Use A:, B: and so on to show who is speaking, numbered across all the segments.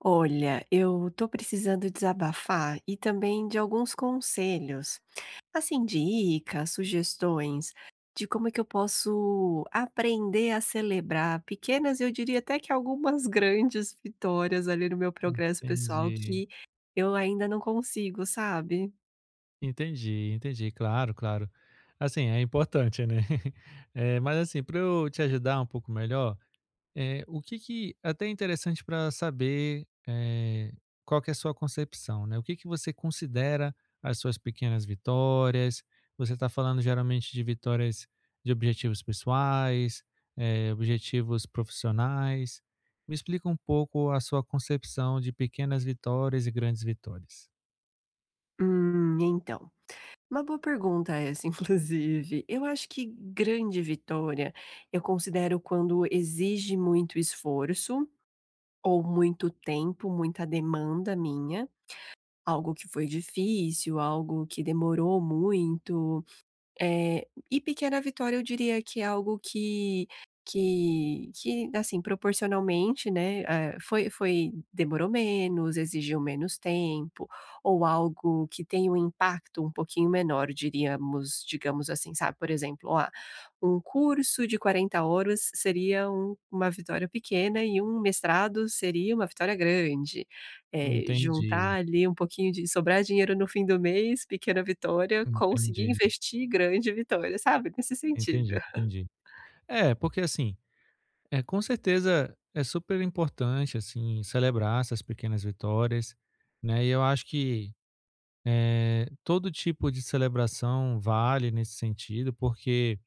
A: Olha, eu tô precisando desabafar e também de alguns conselhos, assim, dicas, sugestões de como é que eu posso aprender a celebrar pequenas, eu diria até que algumas grandes vitórias ali no meu progresso pessoal
B: Entendi,
A: que eu ainda não consigo, sabe?
B: entendi, entendi. Claro, claro. Assim, é importante, né? Mas assim, para eu te ajudar um pouco melhor, o que que até é interessante para saber, qual que é a sua concepção, né? O que que você considera as suas pequenas vitórias? Você está falando geralmente de vitórias de objetivos pessoais, objetivos profissionais. Me explica um pouco a sua concepção de pequenas vitórias e grandes vitórias.
A: Então. Uma boa pergunta essa, inclusive. Eu acho que grande vitória eu considero quando exige muito esforço ou muito tempo, muita demanda minha, algo que foi difícil, algo que demorou muito, e pequena vitória eu diria que é algo que que, assim, proporcionalmente, né, foi foi demorou menos, exigiu menos tempo, ou algo que tem um impacto um pouquinho menor, diríamos digamos assim, sabe, por exemplo, um curso de 40 horas seria uma vitória pequena e um mestrado seria uma vitória grande. Juntar
B: Entendi,
A: ali um pouquinho de sobrar dinheiro no fim do mês, pequena vitória, conseguir
B: entendi,
A: investir, grande vitória, sabe, nesse sentido.
B: entendi, entendi. É, porque assim, é com certeza é super importante, assim, celebrar essas pequenas vitórias, né, e eu acho que, todo tipo de celebração vale nesse sentido, porque,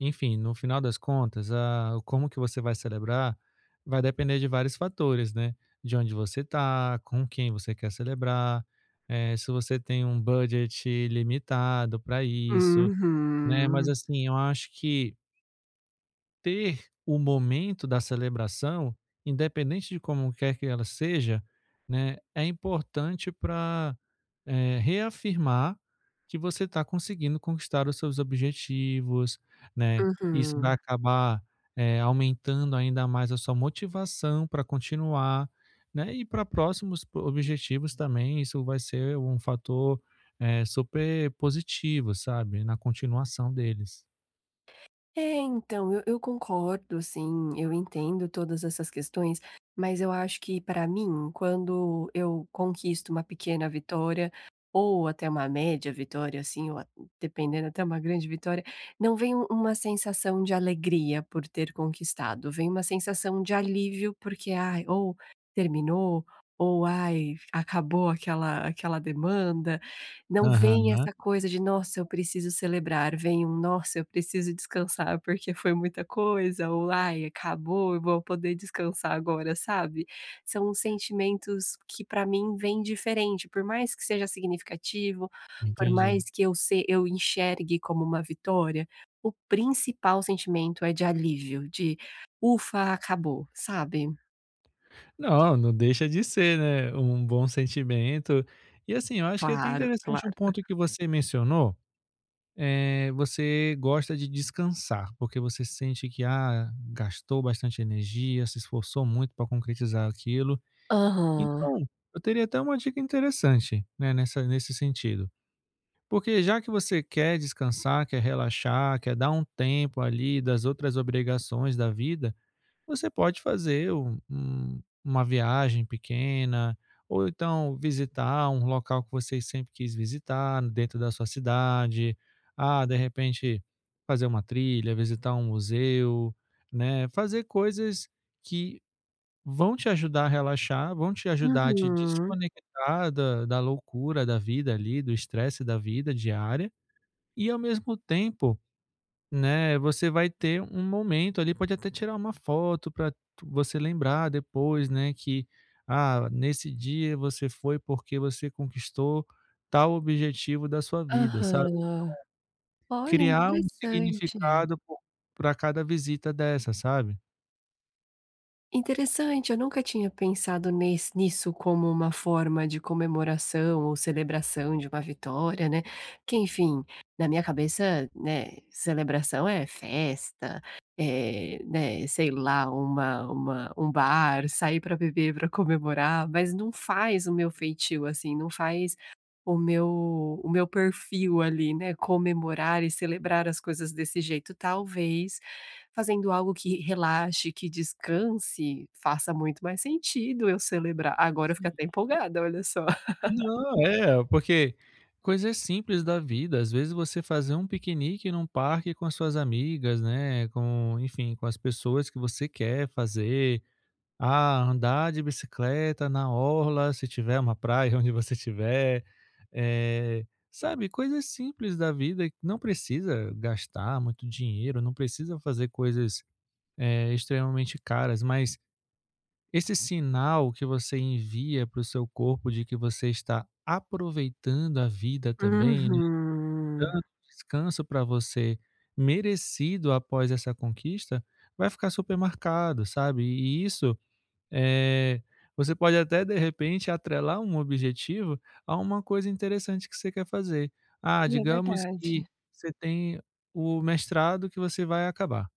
B: enfim, no final das contas, a como que você vai celebrar vai depender de vários fatores, né, de onde você tá, com quem você quer celebrar, se você tem um budget limitado para isso. Né, mas
A: Uhum,
B: assim, eu acho que ter o momento da celebração, independente de como quer que ela seja, né, é importante para, reafirmar que você está conseguindo conquistar os seus objetivos, né. Isso vai
A: uhum.
B: acabar, aumentando ainda mais a sua motivação para continuar, né, e para próximos po objetivos também, isso vai ser um fator, super positivo, sabe, na continuação deles.
A: É, então, eu concordo, sim. Eu entendo todas essas questões, mas eu acho que para mim, quando eu conquisto uma pequena vitória, ou até uma média vitória, assim, ou a dependendo até uma grande vitória, não vem uma sensação de alegria por ter conquistado, vem uma sensação de alívio porque, ai, ou terminou, ou, ai, acabou aquela demanda. Não
B: Aham,
A: vem essa coisa de: "Nossa, eu preciso celebrar", vem um: "Nossa, eu preciso descansar porque foi muita coisa", ou "Ai, acabou, eu vou poder descansar agora", sabe. São sentimentos que para mim vêm diferente, por mais que seja significativo, por mais
B: entendi.
A: que eu se eu enxergue como uma vitória, o principal sentimento é de alívio, de: "Ufa, acabou", sabe.
B: Não, não deixa de ser, né, um bom sentimento. E assim, eu acho que é até
A: Claro,
B: interessante um
A: claro.
B: ponto que você mencionou, é você gosta de descansar, porque você sente que, ah, gastou bastante energia, se esforçou muito para concretizar aquilo.
A: Aham.
B: Então, eu teria até uma dica interessante, né, nessa nesse sentido. Porque já que você quer descansar, quer relaxar, quer dar um tempo ali das outras obrigações da vida, você pode fazer uma viagem pequena, ou então visitar um local que você sempre quis visitar dentro da sua cidade. Ah, de repente fazer uma trilha, visitar um museu, né, fazer coisas que vão te ajudar a relaxar, vão te ajudar a te
A: Uhum.
B: desconectar da loucura da vida ali, do estresse da vida diária, e ao mesmo tempo, né, você vai ter um momento ali, pode até tirar uma foto para você lembrar depois, né, que, ah, nesse dia você foi porque você conquistou tal objetivo da sua vida, sabe.
A: Aham. Olha,
B: Criar um
A: interessante.
B: significado para cada visita dessa, sabe.
A: Interessante, eu nunca tinha pensado nes nisso como uma forma de comemoração ou celebração de uma vitória, né, que enfim, na minha cabeça, né, celebração é festa, eh, né, sei lá, uma um bar, sair para beber para comemorar, mas não faz o meu feitio, assim, não faz o meu o meu perfil ali, né, comemorar e celebrar as coisas desse jeito. Talvez fazendo algo que relaxe, que descanse, faça muito mais sentido eu celebrar. Agora eu fico
B: Sim.
A: até empolgada, olha só.
B: Não, é, porque coisas simples da vida, às vezes você fazer um piquenique num parque com as suas amigas, né, com enfim, com as pessoas que você quer fazer. Ah, andar de bicicleta na orla, se tiver uma praia onde você estiver, eh, sabe, coisas simples da vida que não precisa gastar muito dinheiro, não precisa fazer coisas, extremamente caras, mas esse sinal que você envia para o seu corpo de que você está aproveitando a vida também, né,
A: Uhum.
B: descanso para você merecido após essa conquista, vai ficar super marcado, sabe? E isso, eh, você pode até, de repente, atrelar um objetivo a uma coisa interessante que você quer fazer. Ah,
A: É
B: digamos
A: verdade.
B: que você tem o mestrado que você vai acabar.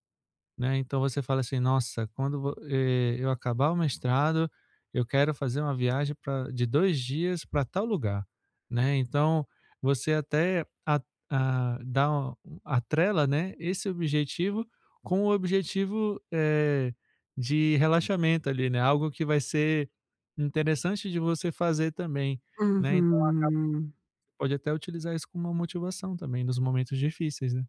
B: Né, então você fala assim: "Nossa, quando eu acabar o mestrado, eu quero fazer uma viagem pra de 2 dias para tal lugar", né. Então você até a dá um atrela, né, esse objetivo com o objetivo, de relaxamento ali, né, algo que vai ser interessante de você fazer também, né. Então
A: Uhum.
B: pode até utilizar isso como uma motivação também nos momentos difíceis, né.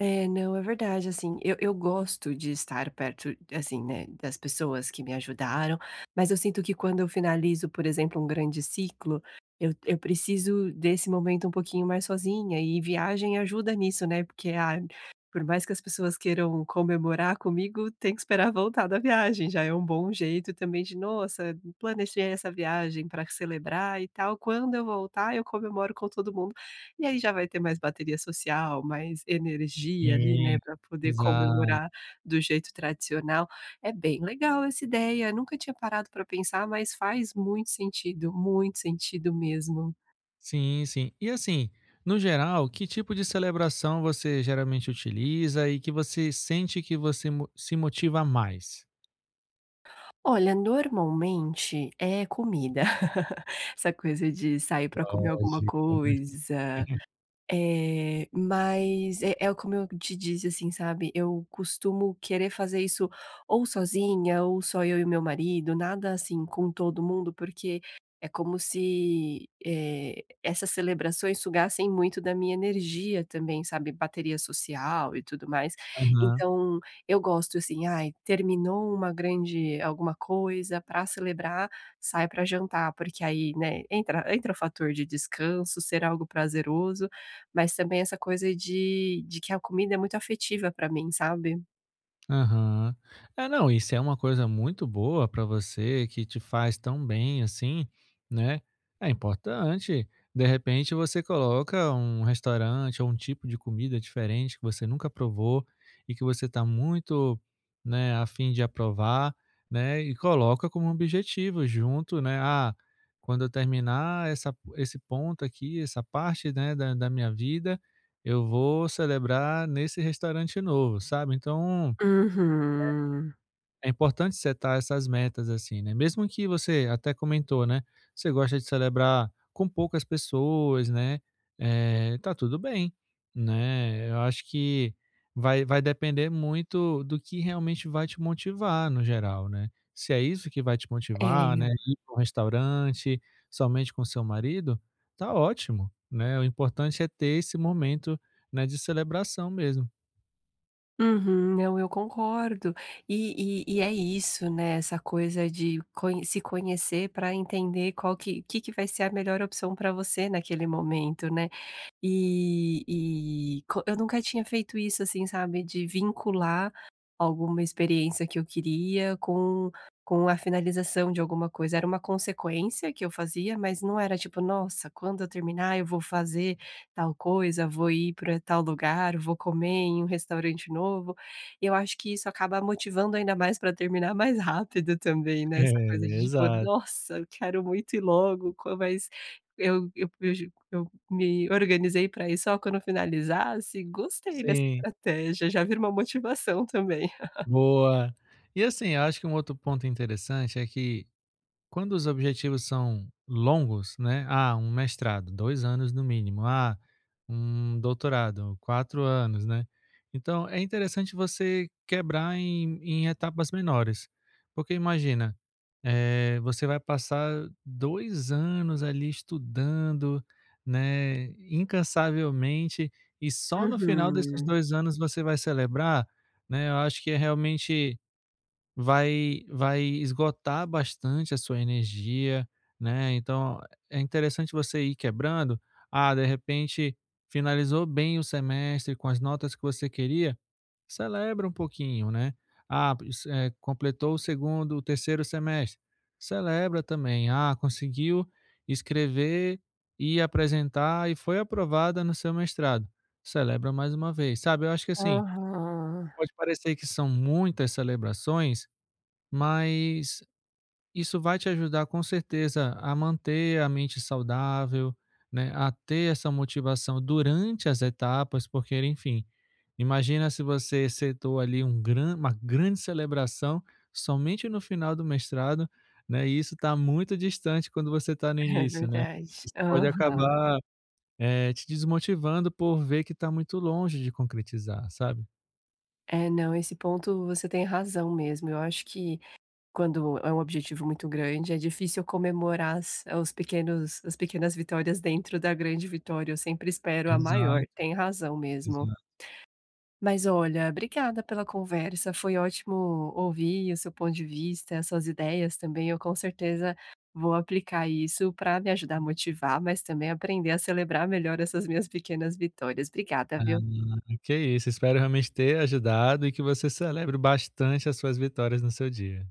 A: É, não, é verdade, assim, eu gosto de estar perto, assim, né, das pessoas que me ajudaram, mas eu sinto que quando eu finalizo, por exemplo, um grande ciclo, eu preciso desse momento um pouquinho mais sozinha, e viagem ajuda nisso, né, porque, ah, por mais que as pessoas queiram comemorar comigo, tem que esperar voltar da viagem, já é um bom jeito também de: "Nossa, planejei essa viagem para celebrar e tal", quando eu voltar eu comemoro com todo mundo e aí já vai ter mais bateria social, mais energia ali, né,
B: Sim,
A: para poder
B: exato.
A: comemorar do jeito tradicional. É bem legal essa ideia, nunca tinha parado para pensar, mas faz muito sentido mesmo.
B: Sim, sim. E assim, no geral, que tipo de celebração você geralmente utiliza e que você sente que você mo se motiva mais?
A: Olha, normalmente é comida, essa coisa de sair para comer alguma
B: Lógico, né.
A: coisa. Mas é como eu te disse, assim, sabe, eu costumo querer fazer isso ou sozinha ou só eu e meu marido, nada assim com todo mundo, porque é como se, essas celebrações sugassem muito da minha energia também, sabe, bateria social e tudo mais. Então eu gosto assim, ai, terminou uma grande alguma coisa para celebrar, sai para jantar, porque aí, né, entra o fator de descanso, ser algo prazeroso, mas também essa coisa de que a comida é muito afetiva pra mim, sabe?
B: Aham. É, não, isso é uma coisa muito boa para você, que te faz tão bem assim, né. É importante, de repente, você coloca um restaurante ou um tipo de comida diferente que você nunca provou e que você está muito, né, a fim de aprovar, né, e coloca como um objetivo junto, né: "Ah, quando eu terminar essa esse ponto aqui, essa parte, né, da minha vida, eu vou celebrar nesse restaurante novo", sabe. Então
A: Uhum.
B: é importante setar essas metas, assim, né, mesmo que você até comentou, né, você gosta de celebrar com poucas pessoas, né, tá tudo bem, né, eu acho que vai depender muito do que realmente vai te motivar no geral, né. Se é isso que vai te motivar, né,
A: É.
B: ir pra um restaurante somente com seu marido, tá ótimo, né, o importante é ter esse momento, né, de celebração mesmo.
A: Uhum. Não, eu concordo. E é isso, né, essa coisa de conhe se conhecer para entender qual que que vai ser a melhor opção para você naquele momento, né? E e co Eu nunca tinha feito isso, assim, sabe, de vincular alguma experiência que eu queria com a finalização de alguma coisa. Era uma consequência que eu fazia, mas não era tipo: "Nossa, quando eu terminar eu vou fazer tal coisa, vou ir para tal lugar, vou comer em um restaurante novo". E eu acho que isso acaba motivando ainda mais para terminar mais rápido também, né, essa coisa de
B: É,
A: tipo:
B: exato.
A: "Nossa, eu quero muito ir logo", co mas eu eu eu me organizei para ir só quando finalizasse. Gostei dessa
B: Sim.
A: estratégia, já vira uma motivação também.
B: Boa. E assim, eu acho que um outro ponto interessante é que, quando os objetivos são longos, né? Ah, um mestrado, 2 anos no mínimo. Ah, um doutorado, 4 anos, né? Então é interessante você quebrar em etapas menores, porque imagina, você vai passar 2 anos ali estudando, né, incansavelmente, e só no final desses
A: Uhum.
B: 2 anos você vai celebrar, né? Eu acho que é realmente, vai esgotar bastante a sua energia, né, então é interessante você ir quebrando. Ah, de repente finalizou bem o semestre com as notas que você queria, celebra um pouquinho, né. Ah, pois, completou o segundo, o terceiro semestre, celebra também. Ah, conseguiu escrever e apresentar e foi aprovada no seu mestrado, celebra mais uma vez, sabe. Eu acho que assim,
A: Aham.
B: pode parecer que são muitas celebrações, mas isso vai te ajudar com certeza a manter a mente saudável, né, a ter essa motivação durante as etapas, porque, enfim, imagina se você setou ali um gran uma grande celebração somente no final do mestrado, né, e isso está muito distante quando você está no
A: É
B: início, né.
A: verdade.
B: Isso pode
A: Aham.
B: acabar, te desmotivando por ver que está muito longe de concretizar, sabe.
A: É, não, esse ponto você tem razão mesmo. Eu acho que quando é um objetivo muito grande, é difícil comemorar as os pequenos as pequenas vitórias dentro da grande vitória. Eu sempre espero a maior.
B: Exato,
A: Tem razão mesmo.
B: exato.
A: Mas olha, obrigada pela conversa, foi ótimo ouvir o seu ponto de vista, as suas ideias também, eu com certeza vou aplicar isso para me ajudar a motivar, mas também aprender a celebrar melhor essas minhas pequenas vitórias. Obrigada,
B: Ah,
A: viu?
B: que isso, espero realmente ter ajudado e que você celebre bastante as suas vitórias no seu dia.